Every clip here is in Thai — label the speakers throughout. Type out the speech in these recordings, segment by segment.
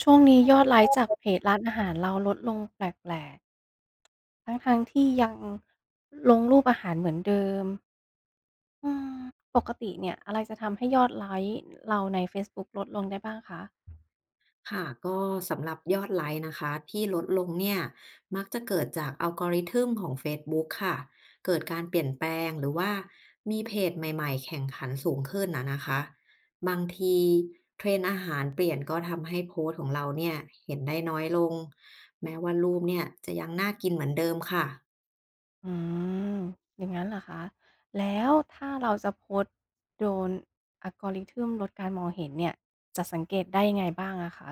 Speaker 1: ช่วงนี้ยอดไลค์จากเพจร้านอาหารเราลดลงแปลกๆทั้งๆทที่ยังลงรูปอาหารเหมือนเดิมอืมปกติเนี่ยอะไรจะทำให้ยอดไลค์เราในเฟซบุ๊กลดลงได้บ้างคะ
Speaker 2: ค่ะก็สำหรับยอดไลก์นะคะที่ลดลงเนี่ยมักจะเกิดจากอัลกอริทึมของเฟซบุ๊กค่ะเกิดการเปลี่ยนแปลงหรือว่ามีเพจใหม่ๆแข่งขันสูงขึ้นนะคะบางทีเทรนด์อาหารเปลี่ยนก็ทำให้โพสต์ของเราเนี่ยเห็นได้น้อยลงแม้ว่ารูปเนี่ยจะยังน่ากินเหมือนเดิมค่ะ
Speaker 1: อืม อย่างนั้นเหรอคะ แล้วถ้าเราจะโพสต์โดน a l g o r i t ึ m ลดการมองเห็นเนี่ยจะสังเกตได้ยังไงบ้างอะคะ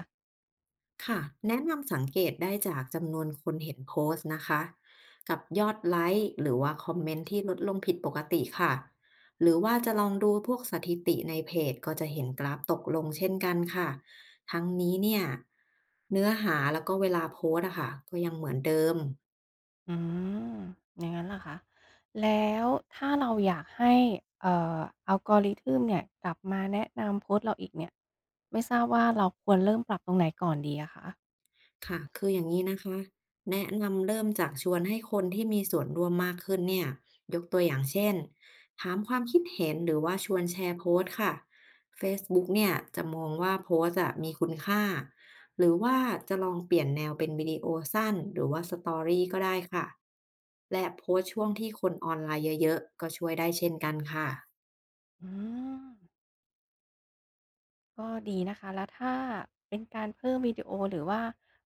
Speaker 2: ค่ะแนะนำสังเกตได้จากจำนวนคนเห็นโพสต์นะคะกับยอดไลค์หรือว่าคอมเมนต์ที่ลดลงผิดปกติค่ะหรือว่าจะลองดูพวกสถิติในเพจก็จะเห็นกราฟตกลงเช่นกันค่ะทั้งนี้เนี่ยเนื้อหาแล้วก็เวลาโพสต์อะค่ะก็ยังเหมือนเดิม
Speaker 1: อืมอย่างนั้นเหรอคะแล้วถ้าเราอยากให้เอ่อ algorithm เนี่ยกลับมาแนะนำโพสต์เราอีกเนี่ยไม่ทราบว่าเราควรเริ่มปรับตรงไหนก่อนดีอะคะ
Speaker 2: ค่ะคืออย่างนี้นะคะแนะนำเริ่มจากชวนให้คนที่มีส่วนร่วมมากขึ้นเนี่ยยกตัวอย่างเช่นถามความคิดเห็นหรือว่าชวนแชร์โพสต์ค่ะ Facebook เนี่ยจะมองว่าโพสต์อะมีคุณค่าหรือว่าจะลองเปลี่ยนแนวเป็นวิดีโอสั้นหรือว่าสตอรี่ก็ได้ค่ะและโพสต์ช่วงที่คนออนไลน์เยอะๆก็ช่วยได้เช่นกันค่ะ
Speaker 1: อืม ก็ดีนะคะ แล้วถ้าเป็นการเพิ่มวิดีโอหรือว่า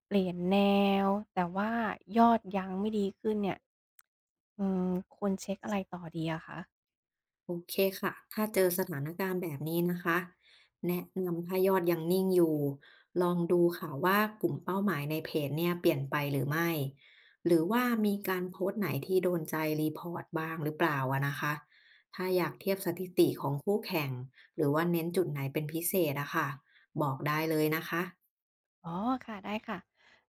Speaker 1: เปลี่ยนแนวแต่ว่ายอดยังไม่ดีขึ้นเนี่ยอืมควรเช็กอะไรต่อดีอะคะ
Speaker 2: โอเคค่ะ ถ้าเจอสถานการณ์แบบนี้นะคะ แนะนำถ้ายอดยังนิ่งอยู่ ลองดูค่ะว่ากลุ่มเป้าหมายในเพจเนี่ยเปลี่ยนไปหรือไม่ หรือว่ามีการโพสต์ไหนที่โดนใจรีพอร์ตบ้างหรือเปล่าอะนะคะ ถ้าอยากเทียบสถิติของคู่แข่ง หรือว่าเน้นจุดไหนเป็นพิเศษอะค่ะบอกได้เลยนะคะ
Speaker 1: อ๋อค่ะได้ค่ะ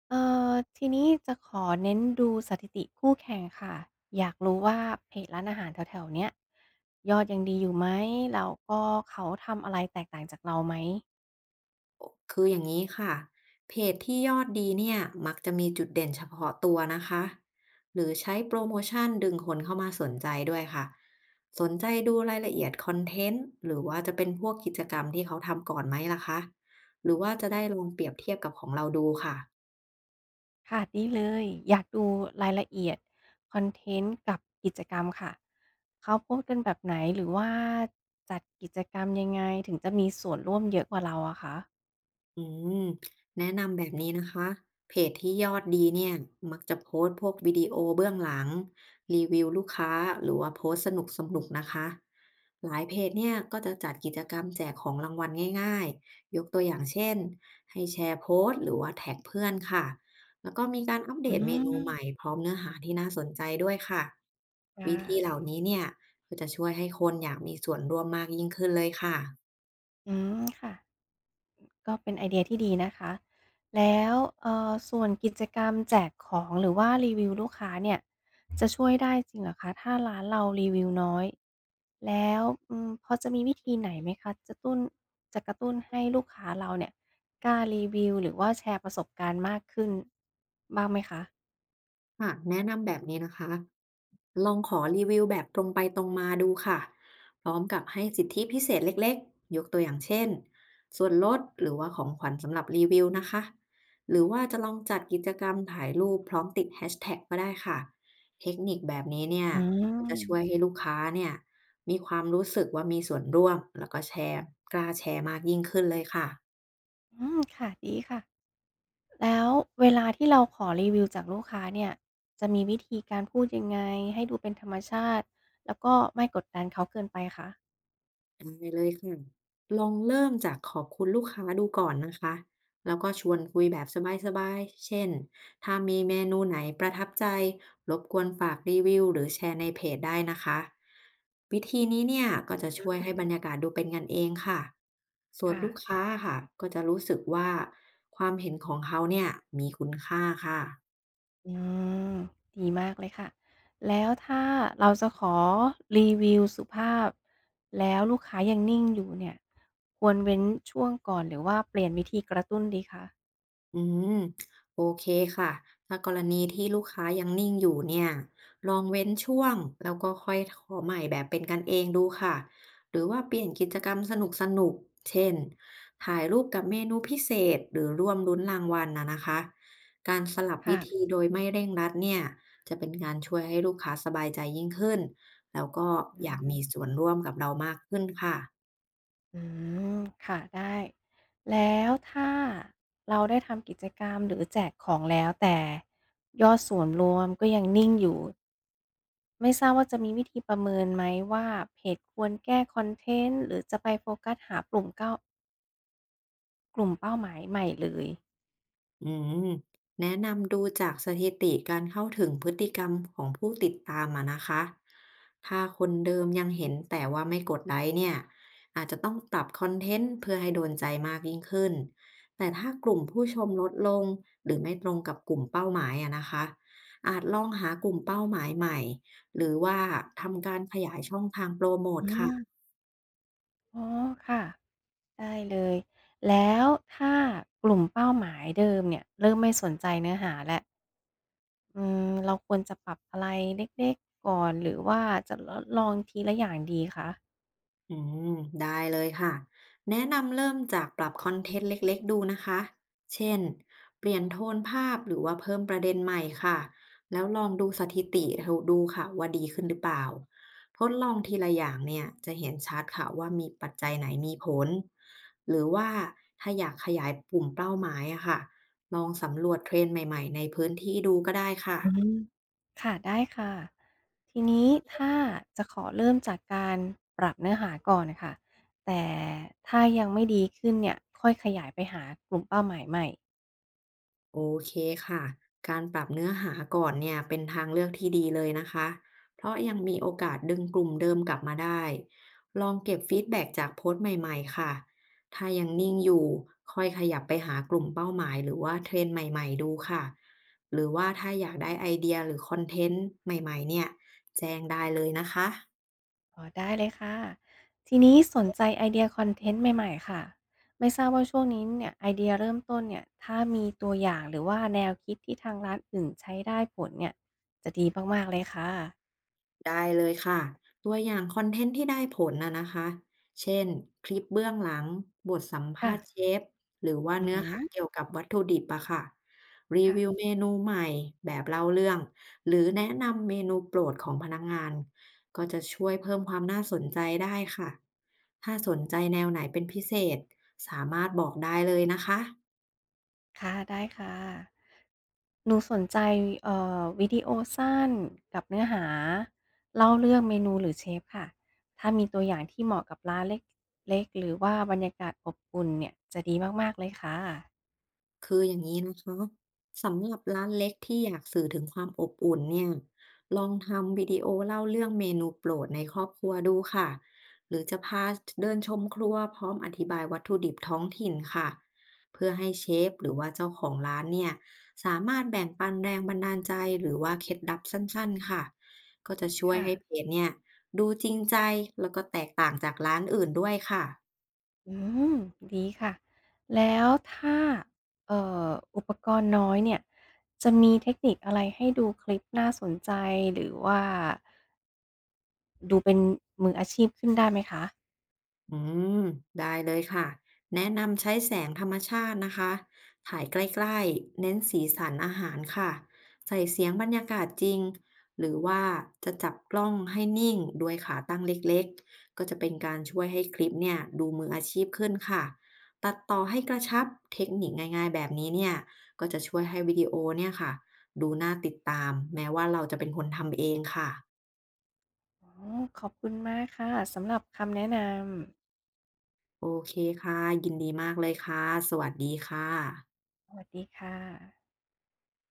Speaker 1: เอ่อทีนี้จะขอเน้นดูสถิติคู่แข่งค่ะอยากรู้ว่าเพจร้านอาหารแถวๆเนี้ยยอดยังดีอยู่ไหมแล้วก็เขาทำอะไรแตกต่างจากเราไหม
Speaker 2: คืออย่างนี้ค่ะเพจที่ยอดดีเนี่ยมักจะมีจุดเด่นเฉพาะตัวนะคะหรือใช้โปรโมชั่นดึงคนเข้ามาสนใจด้วยค่ะสนใจดูรายละเอียดคอนเทนต์หรือว่าจะเป็นพวกกิจกรรมที่เขาทำก่อนไหมล่ะคะหรือว่าจะได้ลองเปรียบเทียบกับของเราดูค่ะ
Speaker 1: ค่ะดีเลยอยากดูรายละเอียดคอนเทนต์กับกิจกรรมค่ะเขาโพสต์กันแบบไหนหรือว่าจัดกิจกรรมยังไงถึงจะมีส่วนร่วมเยอะกว่าเราอะคะ
Speaker 2: อืมแนะนำแบบนี้นะคะเพจที่ยอดดีเนี่ยมักจะโพสต์พวกวิดีโอเบื้องหลังรีวิวลูกค้าหรือว่าโพสต์สนุกสนุกนะคะหลายเพจเนี่ยก็จะจัดกิจกรรมแจกของรางวัลง่ายๆยกตัวอย่างเช่นให้แชร์โพสต์หรือว่าแท็กเพื่อนค่ะแล้วก็มีการอัปเด
Speaker 1: อื
Speaker 2: ตเมนูใหม่
Speaker 1: ม
Speaker 2: พร้อมเนื้อหาที่น่าสนใจด้วยค่ะ
Speaker 1: ค่ะ
Speaker 2: วิธีเหล่านี้เนี่ยก็จะช่วยให้คนอยากมีส่วนร่วมมากยิ่งขึ้นเลยค่ะ
Speaker 1: อืมค่ะ ก็เป็นไอเดียที่ดีนะคะแล้วส่วนกิจกรรมแจกของหรือว่ารีวิวลูกค้าเนี่ยจะช่วยได้จริงเหรอคะถ้าร้านเรารีวิวน้อยแล้วพอจะมีวิธีไหนไหมคะจะกระตุ้นให้ลูกค้าเราเนี่ยกล้ารีวิวหรือว่าแชร์ประสบการณ์มากขึ้นบ้างไหมคะ
Speaker 2: ค่ะแนะนำแบบนี้นะคะ ลองขอรีวิวแบบตรงไปตรงมาดูค่ะพร้อมกับให้สิทธิพิเศษเล็กๆยกตัวอย่างเช่น ส่วนลดหรือว่าของขวัญสำหรับรีวิวนะคะ หรือว่าจะลองจัดกิจกรรมถ่ายรูปพร้อมติดแฮชแท็กก็ได้ค่ะ เทคนิคแบบนี้เนี่ย
Speaker 1: อื
Speaker 2: ก็จะช่วยให้
Speaker 1: ม
Speaker 2: ลูกค้าเนี่ย มีความรู้สึกว่ามีส่วนร่วมแล้วก็แชร์กล้าแชร์มากยิ่งขึ้นเลยค่ะ
Speaker 1: อืมค่ะดีค่ะ แล้วเวลาที่เราขอรีวิวจากลูกค้าเนี่ยจะมีวิธีการพูดยังไงให้ดูเป็นธรรมชาติแล้วก็ไม่กดดันเขาเกินไปคะ
Speaker 2: ได้เลยค่ะลองเริ่มจากขอบคุณลูกค้าดูก่อนนะคะ แล้วก็ชวนคุยแบบสบายๆ เช่น ถ้ามีเมนูไหนประทับใจ รบกวนฝากรีวิวหรือแชร์ในเพจได้นะคะ วิธีนี้เนี่ยก็จะช่วยให้บรรยากาศดูเป็นกันเองค่ะส่วน
Speaker 1: ค่ะ
Speaker 2: ลูกค้าค่ะก็จะรู้สึกว่าความเห็นของเขาเนี่ยมีคุณค่าค่ะ
Speaker 1: อืมดีมากเลยค่ะแล้วถ้าเราจะขอรีวิวสุภาพแล้วลูกค้ายังนิ่งอยู่เนี่ยควรเว้นช่วงก่อนหรือว่าเปลี่ยนวิธีกระตุ้นดีคะ
Speaker 2: อืมโอเคค่ะถ้ากรณีที่ลูกค้ายังนิ่งอยู่เนี่ยลองเว้นช่วงแล้วก็ค่อยขอใหม่แบบเป็นกันเองดูค่ะหรือว่าเปลี่ยนกิจกรรมสนุกสนุกเช่นถ่ายรูปกับเมนูพิเศษหรือร่วมลุ้นรางวัลนะคะการสลับวิ
Speaker 1: ค่ะ
Speaker 2: ธีโดยไม่เร่งรัดเนี่ยจะเป็นการช่วยให้ลูกค้าสบายใจยิ่งขึ้นแล้วก็
Speaker 1: อื
Speaker 2: อยาก
Speaker 1: ม
Speaker 2: มีส่วนร่วมกับเรามากขึ้นค่ะ
Speaker 1: อืม ค่ะได้ แล้วถ้าเราได้ทำกิจกรรมหรือแจกของแล้วแต่ยอดส่วนรวมก็ยังนิ่งอยู่ ไม่ทราบว่าจะมีวิธีประเมินไหมว่าเพจควรแก้คอนเทนต์หรือจะไปโฟกัสหากลุ่มเป้าหมายใหม่เลย
Speaker 2: อืมแนะนำดูจากสถิติการเข้าถึงพฤติกรรมของผู้ติดตามอะนะคะถ้าคนเดิมยังเห็นแต่ว่าไม่กดไลค์เนี่ยอาจจะต้องปรับคอนเทนต์เพื่อให้โดนใจมากยิ่งขึ้น แต่ถ้ากลุ่มผู้ชมลดลงหรือไม่ตรงกับกลุ่มเป้าหมายอะนะคะอาจลองหากลุ่มเป้าหมายใหม่หรือว่าทำการขยายช่องทางโปรโมท
Speaker 1: อื
Speaker 2: ค่ะ
Speaker 1: มอ๋อค่ะได้เลย แล้วถ้ากลุ่มเป้าหมายเดิมเนี่ยเริ่มไม่สนใจเนื้อหาแล้ว เราควรจะปรับอะไรเล็กๆก่อนหรือว่าจะลองทีละอย่างดีคะ
Speaker 2: อืมได้เลยค่ะแนะนำเริ่มจากปรับคอนเทนต์เล็กๆดูนะคะเช่นเปลี่ยนโทนภาพหรือว่าเพิ่มประเด็นใหม่ค่ะแล้วลองดูสถิติดูค่ะว่าดีขึ้นหรือเปล่าทดลองทีละอย่างเนี่ยจะเห็นชัดค่ะว่ามีปัจจัยไหนมีผลหรือว่าถ้าอยากขยายกลุ่มเป้าหมายอะค่ะลองสำรวจเทรนด์ใหม่ๆในพื้นที่ดูก็ได้ค่ะ
Speaker 1: อืมค่ะได้ค่ะทีนี้ถ้าจะขอเริ่มจากการปรับเนื้อหาก่อนค่ะแต่ถ้ายังไม่ดีขึ้นเนี่ยค่อยขยายไปหากลุ่มเป้าหมายใหม่
Speaker 2: โอเคค่ะการปรับเนื้อหาก่อนเนี่ยเป็นทางเลือกที่ดีเลยนะคะเพราะยังมีโอกาสดึงกลุ่มเดิมกลับมาได้ลองเก็บฟีดแบ็กจากโพสต์ใหม่ๆค่ะถ้ายังนิ่งอยู่ค่อยขยับไปหากลุ่มเป้าหมายหรือว่าเทรนด์ใหม่ๆดูค่ะหรือว่าถ้าอยากได้ไอเดียหรือคอนเทนต์ใหม่ๆเนี่ยแจ้งได้เลยนะคะ
Speaker 1: อ๋อได้เลยค่ะทีนี้สนใจไอเดียคอนเทนต์ใหม่ๆค่ะไม่ทราบว่าช่วงนี้เนี่ยไอเดียเริ่มต้นเนี่ยถ้ามีตัวอย่างหรือว่าแนวคิดที่ทางร้านอื่นใช้ได้ผลเนี่ยจะดีมากๆเลยค่ะ
Speaker 2: ได้เลยค่ะตัวอย่างคอนเทนต์ที่ได้ผลนะคะเช่นคลิปเบื้องหลังบทสัม
Speaker 1: ค่ะ
Speaker 2: ภาษณ์เชฟหรือว่า
Speaker 1: อือ
Speaker 2: เนื้อ
Speaker 1: ฮึ
Speaker 2: หาเกี่ยวกับวัตถุดิบอะค่ะรี
Speaker 1: ค่ะ
Speaker 2: วิวเมนูใหม่แบบเล่าเรื่องหรือแนะนำเมนูโปรดของพนักงานก็จะช่วยเพิ่มความน่าสนใจได้ค่ะถ้าสนใจแนวไหนเป็นพิเศษสามารถบอกได้เลยนะคะ
Speaker 1: ค่ะได้ค่ะหนูสนใจวิดีโอสั้นกับเนื้อหาเล่าเรื่องเมนูหรือเชฟค่ะถ้ามีตัวอย่างที่เหมาะกับร้านเล็กๆหรือว่าบรรยากาศอบอุ่นเนี่ยจะดีมากๆเลยค่ะ
Speaker 2: คืออย่างนี้นะคะสำหรับร้านเล็กที่อยากสื่อถึงความอบอุ่นเนี่ยลองทำวิดีโอเล่าเรื่องเมนูโปรดในครอบครัวดูค่ะหรือจะพาเดินชมครัวพร้อมอธิบายวัตถุดิบท้องถิ่นค่ะเพื่อให้เชฟหรือว่าเจ้าของร้านเนี่ยสามารถแบ่งปันแรงบันดาลใจหรือว่าเคล็ดลับสั้นๆค่ะก็จะช่วย
Speaker 1: ค่ะ
Speaker 2: ให้เพจเนี่ยดูจริงใจแล้วก็แตกต่างจากร้านอื่นด้วยค่ะ
Speaker 1: อืมดีค่ะแล้วถ้าเอ่ออุปกรณ์น้อยเนี่ยจะมีเทคนิคอะไรให้ดูคลิปน่าสนใจหรือว่าดูเป็นมืออาชีพขึ้นได้ไหมคะ
Speaker 2: อืมได้เลยค่ะแนะนำใช้แสงธรรมชาตินะคะถ่ายใกล้ๆเน้นสีสันอาหารค่ะใส่เสียงบรรยากาศจริงหรือว่าจะจับกล้องให้นิ่งด้วยขาตั้งเล็กๆก็จะเป็นการช่วยให้คลิปเนี่ยดูมืออาชีพขึ้นค่ะตัดต่อให้กระชับเทคนิคง่ายๆแบบนี้เนี่ยก็จะช่วยให้วิดีโอเนี่ยค่ะดูน่าติดตามแม้ว่าเราจะเป็นคนทำเองค่ะ
Speaker 1: อ๋อขอบคุณมากค่ะสำหรับคำแนะน
Speaker 2: โอเคค่ะยินดีมากเลยค่ะสวัสดีค่ะ
Speaker 1: ำสวัสดีค่ะ